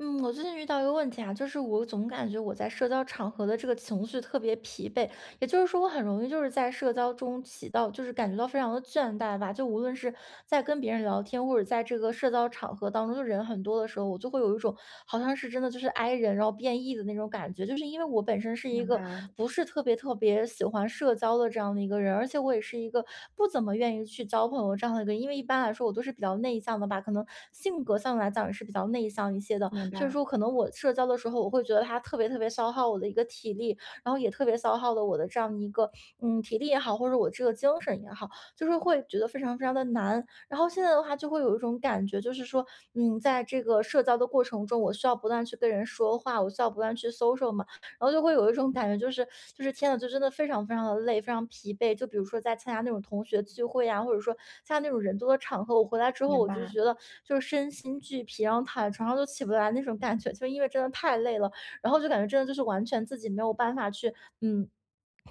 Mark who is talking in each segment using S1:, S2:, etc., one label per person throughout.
S1: 嗯，我最近遇到一个问题啊，就是我总感觉我在社交场合的这个情绪特别疲惫，也就是说，我很容易就是在社交中起到，就是感觉到非常的倦怠吧。就无论是在跟别人聊天，或者在这个社交场合当中，就人很多的时候，我就会有一种好像是真的就是 i 人，然后变异的那种感觉。就是因为我本身是一
S2: 明
S1: 个
S2: 白，
S1: 不是特别特别喜欢社交的这样的一个人，而且我也是一个不怎么愿意去交朋友这样的一个人，因为一般来说我都是比较内向的吧，可能性格上来讲也是比较内向一些的。
S2: 明
S1: 所以
S2: 白，
S1: 说可能我社交的时候，我会觉得它特别特别消耗我的一个体力，然后也特别消耗了我的这样一个体力也好，或者我这个精神也好，就是会觉得非常非常的难。然后现在的话，就会有一种感觉，就是说，在这个社交的过程中，我需要不断去跟人说话，我需要不断去 social 嘛，然后就会有一种感觉，就是天呐，就真的非常非常的累，非常疲惫。就比如说在参加那种同学聚会啊，或者说参加那种人多的场合，我回来之后，
S2: 明
S1: 我就
S2: 白，
S1: 觉得就是身心俱疲，然后躺在床上就起不来那种感觉，就因为真的太累了，然后就感觉真的就是完全自己没有办法去嗯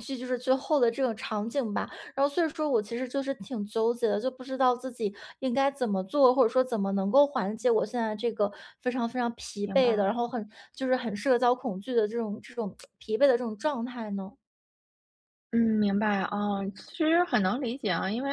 S1: 这就是最后的这种场景吧。然后所以说我其实就是挺纠结的，就不知道自己应该怎么做，或者说怎么能够缓解我现在这个非常非常疲
S2: 明
S1: 惫的，
S2: 白。
S1: 然后很就是很社交恐惧的这种疲惫的这种状态呢？
S2: 嗯，明白，其实很能理解啊。因为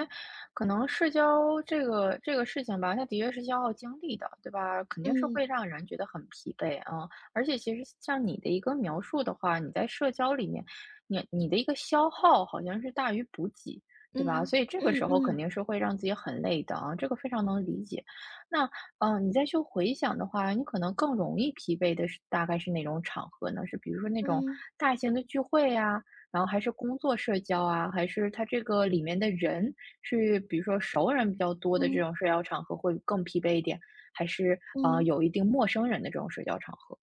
S2: 可能社交这个事情吧，它的确是消耗精力的，对吧？肯定是
S1: 嗯
S2: 会让人觉得很疲惫啊。而且其实像你的一个描述的话，你在社交里面，你的一个消耗好像是大于补给，对吧？
S1: 嗯
S2: 所以这个
S1: 嗯嗯
S2: 时候肯
S1: 嗯
S2: 定是会让自己很累的啊，这个非常能理解。那嗯，你再去回想的话，你可能更容易疲惫的是大概是哪种场合呢？是比如说那种
S1: 嗯
S2: 大型的聚会呀、然后还是工作社交啊，还是它这个里面的人是比如说熟人比较多的这
S1: 嗯
S2: 种社交场合会更疲惫一点，还是，啊
S1: 嗯。
S2: 有一定陌生人的这种社交场合？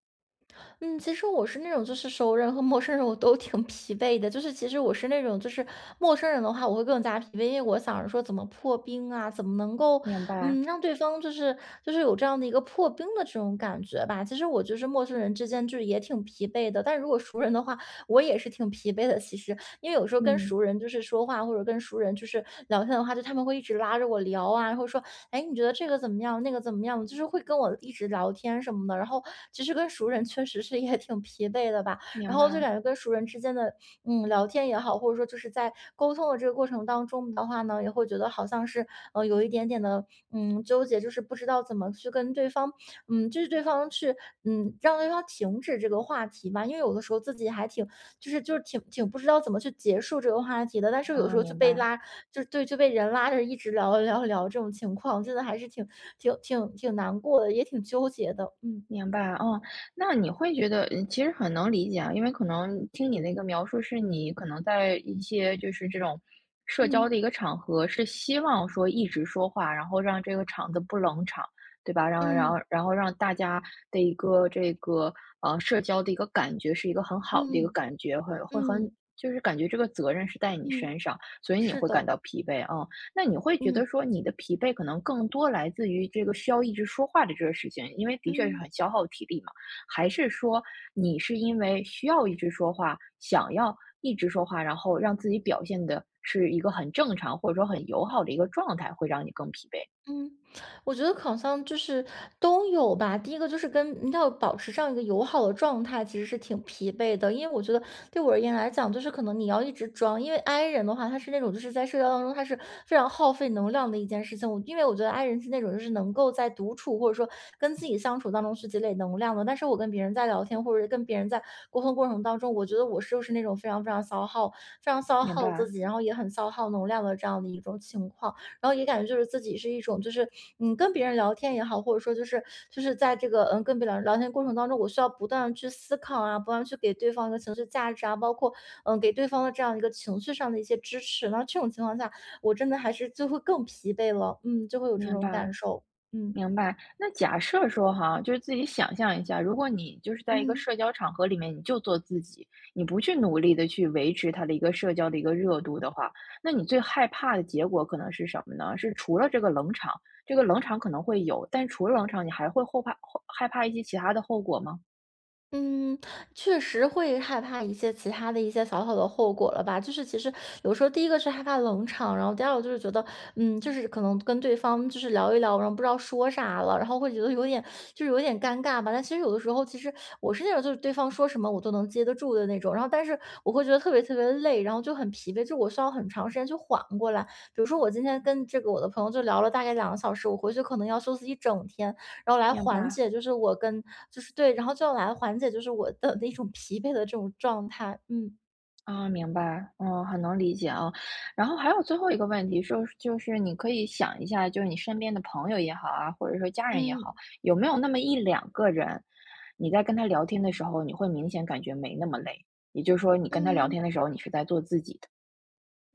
S1: 嗯，其实我是那种就是熟人和陌生人我都挺疲惫的，就是其实我是那种就是陌生人的话，我会更加疲惫，因为我想着说怎么破冰啊，怎么能够
S2: 明白，
S1: 让对方就是有这样的一个破冰的这种感觉吧。其实我就是陌生人之间就是也挺疲惫的，但如果熟人的话，我也是挺疲惫的。其实，因为有时候跟熟
S2: 嗯，
S1: 人就是说话，或者跟熟人就是聊天的话，就他们会一直拉着我聊啊，然后说，哎，你觉得这个怎么样，那个怎么样，就是会跟我一直聊天什么的。然后其实跟熟人确实是也挺疲惫的吧，
S2: 明
S1: 然后就
S2: 白，
S1: 感觉跟熟人之间的聊天也好，或者说就是在沟通的这个过程当中的话呢，也会觉得好像是有一点点的纠结，就是不知道怎么去跟对方就是对方去让对方停止这个话题吧，因为有的时候自己还挺就是挺不知道怎么去结束这个话题的，但是有时
S2: 啊，
S1: 候就
S2: 明
S1: 被
S2: 白。
S1: 拉就是对，就被人拉着一直聊聊聊这种情况，真的还是挺难过的，也挺纠结的。嗯
S2: 明白，哦，那你会觉得，嗯，其实很能理解啊。因为可能听你那个描述，是你可能在一些就是这种社交
S1: 嗯
S2: 的一个场合，是希望说一直说话，然后让这个场子不冷场，对吧？然后，然后，
S1: 嗯
S2: 然后让大家的一个这个社交的一个感觉是一个很好的一个
S1: 嗯
S2: 感觉，
S1: 嗯
S2: 会很
S1: 嗯
S2: 就是感觉这个责任是在你
S1: 嗯，
S2: 身上，所以你
S1: 是
S2: 会感
S1: 的，
S2: 到疲惫啊。哦，那你会觉
S1: 嗯
S2: 得说你的疲惫可能更多来自于这个需要一直说话的这个事情，因为的确是
S1: 嗯。
S2: 很消耗体力嘛，还是说你是因为需要一直说话，想要一直说话，然后让自己表现的是一个很正常或者说很友好的一个状态，会让你更疲惫？
S1: 嗯，我觉得好像就是都有吧。第一个就是跟要保持这样一个友好的状态，其实是挺疲惫的。因为我觉得对我而言来讲，就是可能你要一直装，因为 I 人的话，他是那种就是在社交当中，他是非常耗费能量的一件事情。我因为我觉得 I 人是那种就是能够在独处或者说跟自己相处当中去积累能量的，但是我跟别人在聊天或者跟别人在沟通过程当中，我觉得我是就是那种非常非常消耗、非常消
S2: 明
S1: 耗自
S2: 白，
S1: 己，然后也很消耗能量的这样的一种情况。然后也感觉就是自己是一种，就是跟别人聊天也好，或者说就是在这个跟别人聊天过程当中，我需要不断的去思考啊，不断地去给对方一个情绪价值啊，包括给对方的这样一个情绪上的一些支持。那这种情况下，我真的还是就会更疲惫了，就会有这
S2: 明
S1: 种感
S2: 白。
S1: 受，嗯
S2: 明白。那假设说哈，就是自己想象一下，如果你就是在一个
S1: 嗯。
S2: 社交场合里面，你就做自己，你不去努力的去维持它的一个社交的一个热度的话，那你最害怕的结果可能是什么呢？是除了这个冷场，这个冷场可能会有，但除了冷场，你还会后害怕一些其他的后果吗？
S1: 嗯，确实会害怕一些其他的一些小小的后果了吧。就是其实有时候第一个是害怕冷场，然后第二个就是觉得，就是可能跟对方就是聊一聊，然后不知道说啥了，然后会觉得有点就是有点尴尬吧。但其实有的时候，其实我是那种就是对方说什么我都能接得住的那种，然后但是我会觉得特别特别累，然后就很疲惫，就我需要很长时间去缓过来。比如说我今天跟这个我的朋友就聊了大概2个小时，我回去可能要休息一整天，然后来
S2: 明
S1: 缓
S2: 白。
S1: 解就是我跟就是对，然后就来缓解就是我的那种疲惫的这种状态。
S2: 啊，明白，嗯，很能理解啊。然后还有最后一个问题，说就是你可以想一下，就是你身边的朋友也好啊，或者说家人也好，
S1: 嗯，
S2: 有没有那么一两个人，你在跟他聊天的时候，你会明显感觉没那么累，也就是说，你跟他聊
S1: 嗯，
S2: 天的时候，你是在做自己的，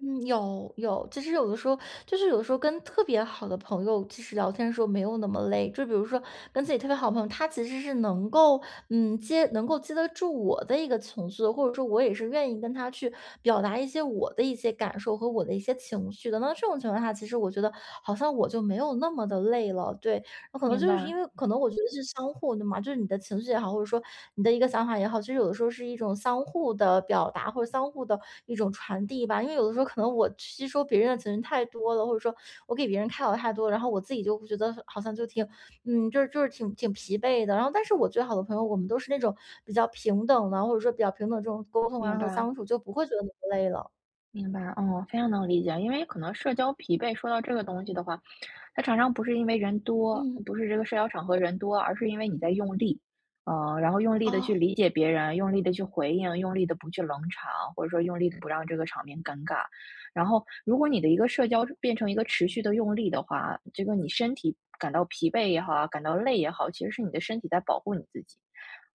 S1: 嗯，有，其实有的时候就是有的时候跟特别好的朋友，其实聊天的时候没有那么累。就比如说跟自己特别好的朋友，他其实是能够接得住我的一个情绪的，或者说我也是愿意跟他去表达一些我的一些感受和我的一些情绪的。那这种情况下，其实我觉得好像我就没有那么的累了，对。我可能
S2: 明
S1: 就是因
S2: 白，
S1: 为可能我觉得是相互的嘛，就是你的情绪也好，或者说你的一个想法也好，其实有的时候是一种相互的表达或者相互的一种传递吧。因为有的时候可能我吸收别人的情绪太多了，或者说我给别人开导太多，然后我自己就会觉得好像就挺，就是挺疲惫的。然后，但是我最好的朋友，我们都是那种比较平等的，或者说比较平等这种沟通
S2: 明
S1: 啊和
S2: 白。
S1: 相处，就不会觉得那么累了。
S2: 明白，哦，非常能理解。因为可能社交疲惫，说到这个东西的话，它常常不是因为人多，
S1: 嗯，
S2: 不是这个社交场合人多，而是因为你在用力。然后用力的
S1: 哦，
S2: 去理解别人，用力的去回应，用力的不去冷场，或者说用力的不让这个场面尴尬。然后，如果你的一个社交变成一个持续的用力的话，这个你身体感到疲惫也好啊，感到累也好，其实是你的身体在保护你自己。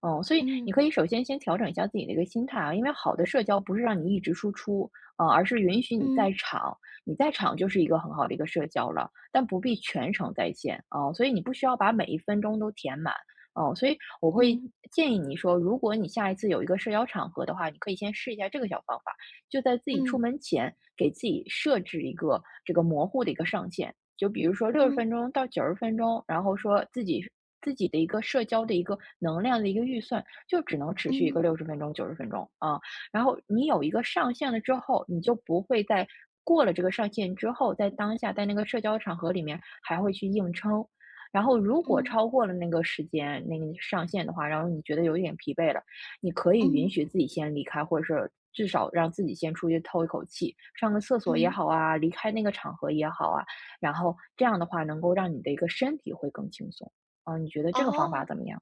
S2: 嗯，所以
S1: 嗯
S2: 你可以首先先调整一下自己的一个心态啊，因为好的社交不是让你一直输出，而是允许你
S1: 嗯
S2: 在场，你在场就是一个很好的一个社交了，但不必全程在线啊，所以你不需要把每一分钟都填满。哦，所以我会
S1: 嗯
S2: 建议你说，如果你下一次有一个社交场合的话，你可以先试一下这个小方法，就在自己出
S1: 嗯
S2: 门前给自己设置一个这个模糊的一个上限，就比如说六十
S1: 嗯
S2: 分钟到九十分钟，然后说自己的一个社交的一个能量的一个预算，就只能持续一
S1: 嗯
S2: 个
S1: 嗯
S2: 六十分钟、九十分钟啊。然后你有一个上限了之后，你就不会在过了这个上限之后，在当下在那个社交场合里面还会去硬撑。然后如果
S1: 嗯
S2: 超
S1: 嗯
S2: 过了那个时间、那个上限的话，然后你觉得有一点疲惫了，你可以允
S1: 嗯。
S2: 许自己先离开，或者是至少让自己先出去透一口气，上个厕所也
S1: 嗯，
S2: 好啊，离开那个场合也好啊，然后这样的话能够让你的一个身体会更轻松。啊，你觉得这个方法
S1: 哦，
S2: 怎么样？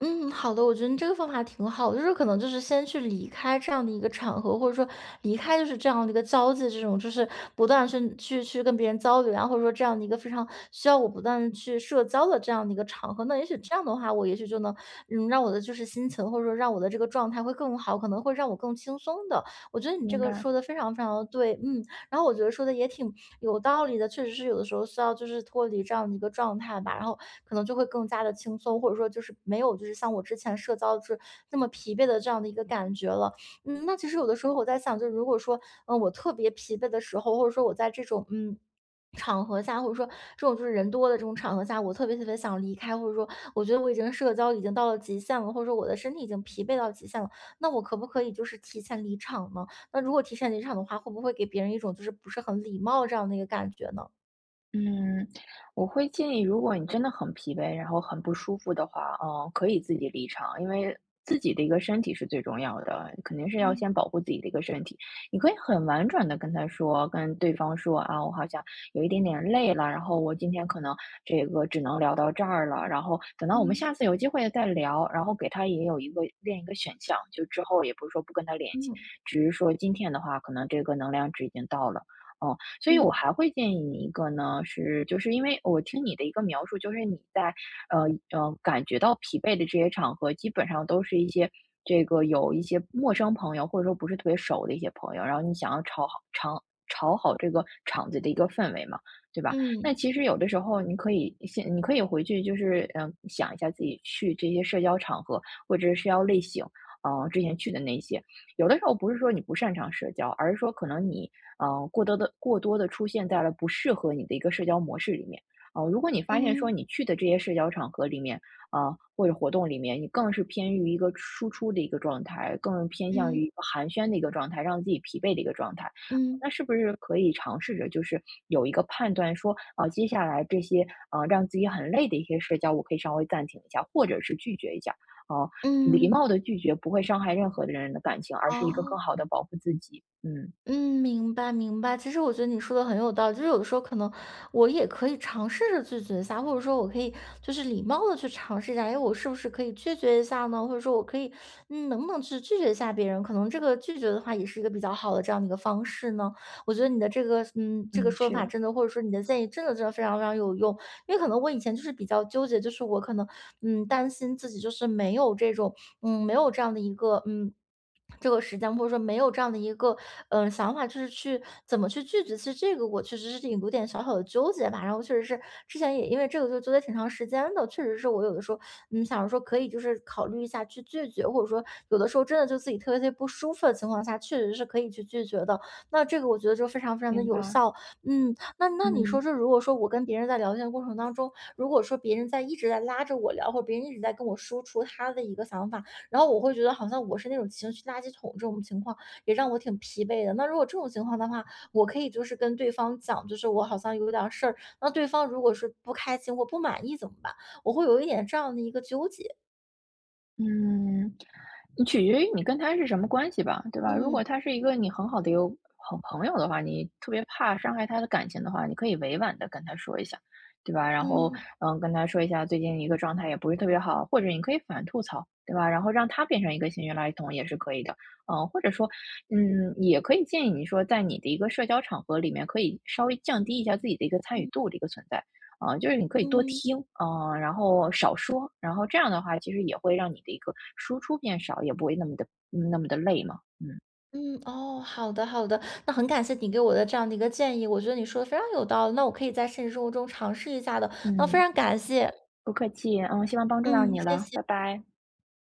S1: 嗯，好的，我觉得你这个方法挺好的，就是可能就是先去离开这样的一个场合，或者说离开就是这样的一个交际，这种就是不断去跟别人交流啊，或者说这样的一个非常需要我不断地去社交的这样的一个场合，那也许这样的话，我也许就能，让我的就是心情，或者说让我的这个状态会更好，可能会让我更轻松的。我觉得你这
S2: 明
S1: 个
S2: 白。
S1: 说的非常非常的对。然后我觉得说的也挺有道理的，确实是有的时候需要就是脱离这样的一个状态吧，然后可能就会更加的轻松，或者说就是没有就是像我之前社交就是那么疲惫的这样的一个感觉了。那其实有的时候我在想，就是如果说我特别疲惫的时候，或者说我在这种场合下，或者说这种就是人多的这种场合下，我特别特别想离开，或者说我觉得我已经社交已经到了极限了，或者说我的身体已经疲惫到极限了，那我可不可以就是提前离场呢？那如果提前离场的话，会不会给别人一种就是不是很礼貌这样的一个感觉呢？
S2: 嗯，我会建议，如果你真的很疲惫，然后很不舒服的话，嗯，可以自己离场，因为自己的一个身体是最重要的，肯定是要
S1: 嗯
S2: 先保护自己的一个身体。你可以很婉转的跟他说，跟对方说啊，我好像有一点点累了，然后我今天可能这个只能聊到这儿了，然后等到我们
S1: 嗯
S2: 下次有机会再聊，然后给他也有一个另一个选项，就之后也不是说不跟他联系，
S1: 嗯
S2: 只是说今天的话，可能这个能量值已经到了。嗯，所以我
S1: 嗯
S2: 还会建议你一个呢，是就是因为我听你的一个描述，就是你在呃感觉到疲惫的这些场合，基本上都是一些这个有一些陌生朋友，或者说不是特别熟的一些朋友，然后你想要炒好这个场子的一个氛围嘛，对吧？
S1: 嗯
S2: 那其实有的时候你可以先，你可以回去就是嗯、想一下自己去这些社交场合或者是社交类型，嗯、之前去的那些。有的时候不是说你不擅长社交，而是说可能你嗯过多的出现在了不适合你的一个社交模式里面。如果你发现说
S1: 嗯
S2: 你去的这些社交场合里面，啊或者活动里面，你更是偏于一个输出的一个状态，更偏向于
S1: 嗯
S2: 一个寒暄的一个状态，让自己疲惫的一个状态。
S1: 嗯嗯
S2: 那是不是可以尝试着，就是有一个判断说，啊、接下来这些让自己很累的一些社交，我可以稍微暂停一下，或者是拒绝一下，啊、礼
S1: 嗯，
S2: 貌的拒绝不会伤害任何的人的感情，而是一个更
S1: 哦。
S2: 好的保护自己。嗯。
S1: 嗯，明白明白。其实我觉得你说的很有道理，就是有的时候可能我也可以尝试着拒绝一下，或者说我可以就是礼貌的去尝试一下，哎，我是不是可以拒绝一下呢？或者说我可以，能不能去拒绝一下别人？可能这个拒绝的话也是一个比较好的这样的一个方式呢。我觉得你的这个，这个
S2: 嗯，
S1: 说法
S2: 是，
S1: 真的，或者说你的建议真的真的非常非常有用，因为可能我以前就是比较纠结，就是我可能，担心自己就是没有这种。没有这样的一个嗯。这个时间，或者说没有这样的一个想法，就是去怎么去拒绝。其实这个我确实是有点小小的纠结吧。然后确实是之前也因为这个就纠结挺长时间的，确实是我有的时候想着说可以就是考虑一下去拒绝，或者说有的时候真的就自己特别特别不舒服的情况下，确实是可以去拒绝的。那这个我觉得就非常非常的
S2: 明
S1: 有
S2: 白，
S1: 效。那你说
S2: 嗯。
S1: 这如果说我跟别人在聊天过程当中，如果说别人在一直在拉着我聊，或者别人一直在跟我输出他的一个想法。然后我会觉得好像我是那种情绪垃圾桶，这种情况也让我挺疲惫的。那如果这种情况的话，我可以就是跟对方讲，就是我好像有点事儿，那对方如果是不开心或不满意怎么办？我会有一点这样的一个纠结。
S2: 嗯，你取决于你跟他是什么关系吧，对吧？如果
S1: 嗯
S2: 他是一个你很好的一个好朋友的话，你特别怕伤害他的感情的话，你可以委婉的跟他说一下，对吧？然后，
S1: 嗯
S2: 嗯，跟他说一下最近一个状态也不是特别好，或者你可以反吐槽，对吧？然后让他变成一个情绪垃圾桶也是可以的，嗯，或者说，嗯，也可以建议你说，在你的一个社交场合里面，可以稍微降低一下自己的一个参与
S1: 嗯
S2: 度的一个存在。啊，就是你可以多
S1: 嗯
S2: 听，嗯然后少说，然后这样的话，其实也会让你的一个输出变少，也不会那么的累嘛。嗯
S1: 嗯，哦，好的好的，那很感谢你给我的这样的一个建议，我觉得你说的非常有道理，那我可以在现实生活中尝试一下的，那非
S2: 嗯，
S1: 常感谢，
S2: 不客气，嗯，希望帮助到
S1: 嗯，
S2: 你
S1: 谢
S2: 了，
S1: 谢。
S2: 拜拜。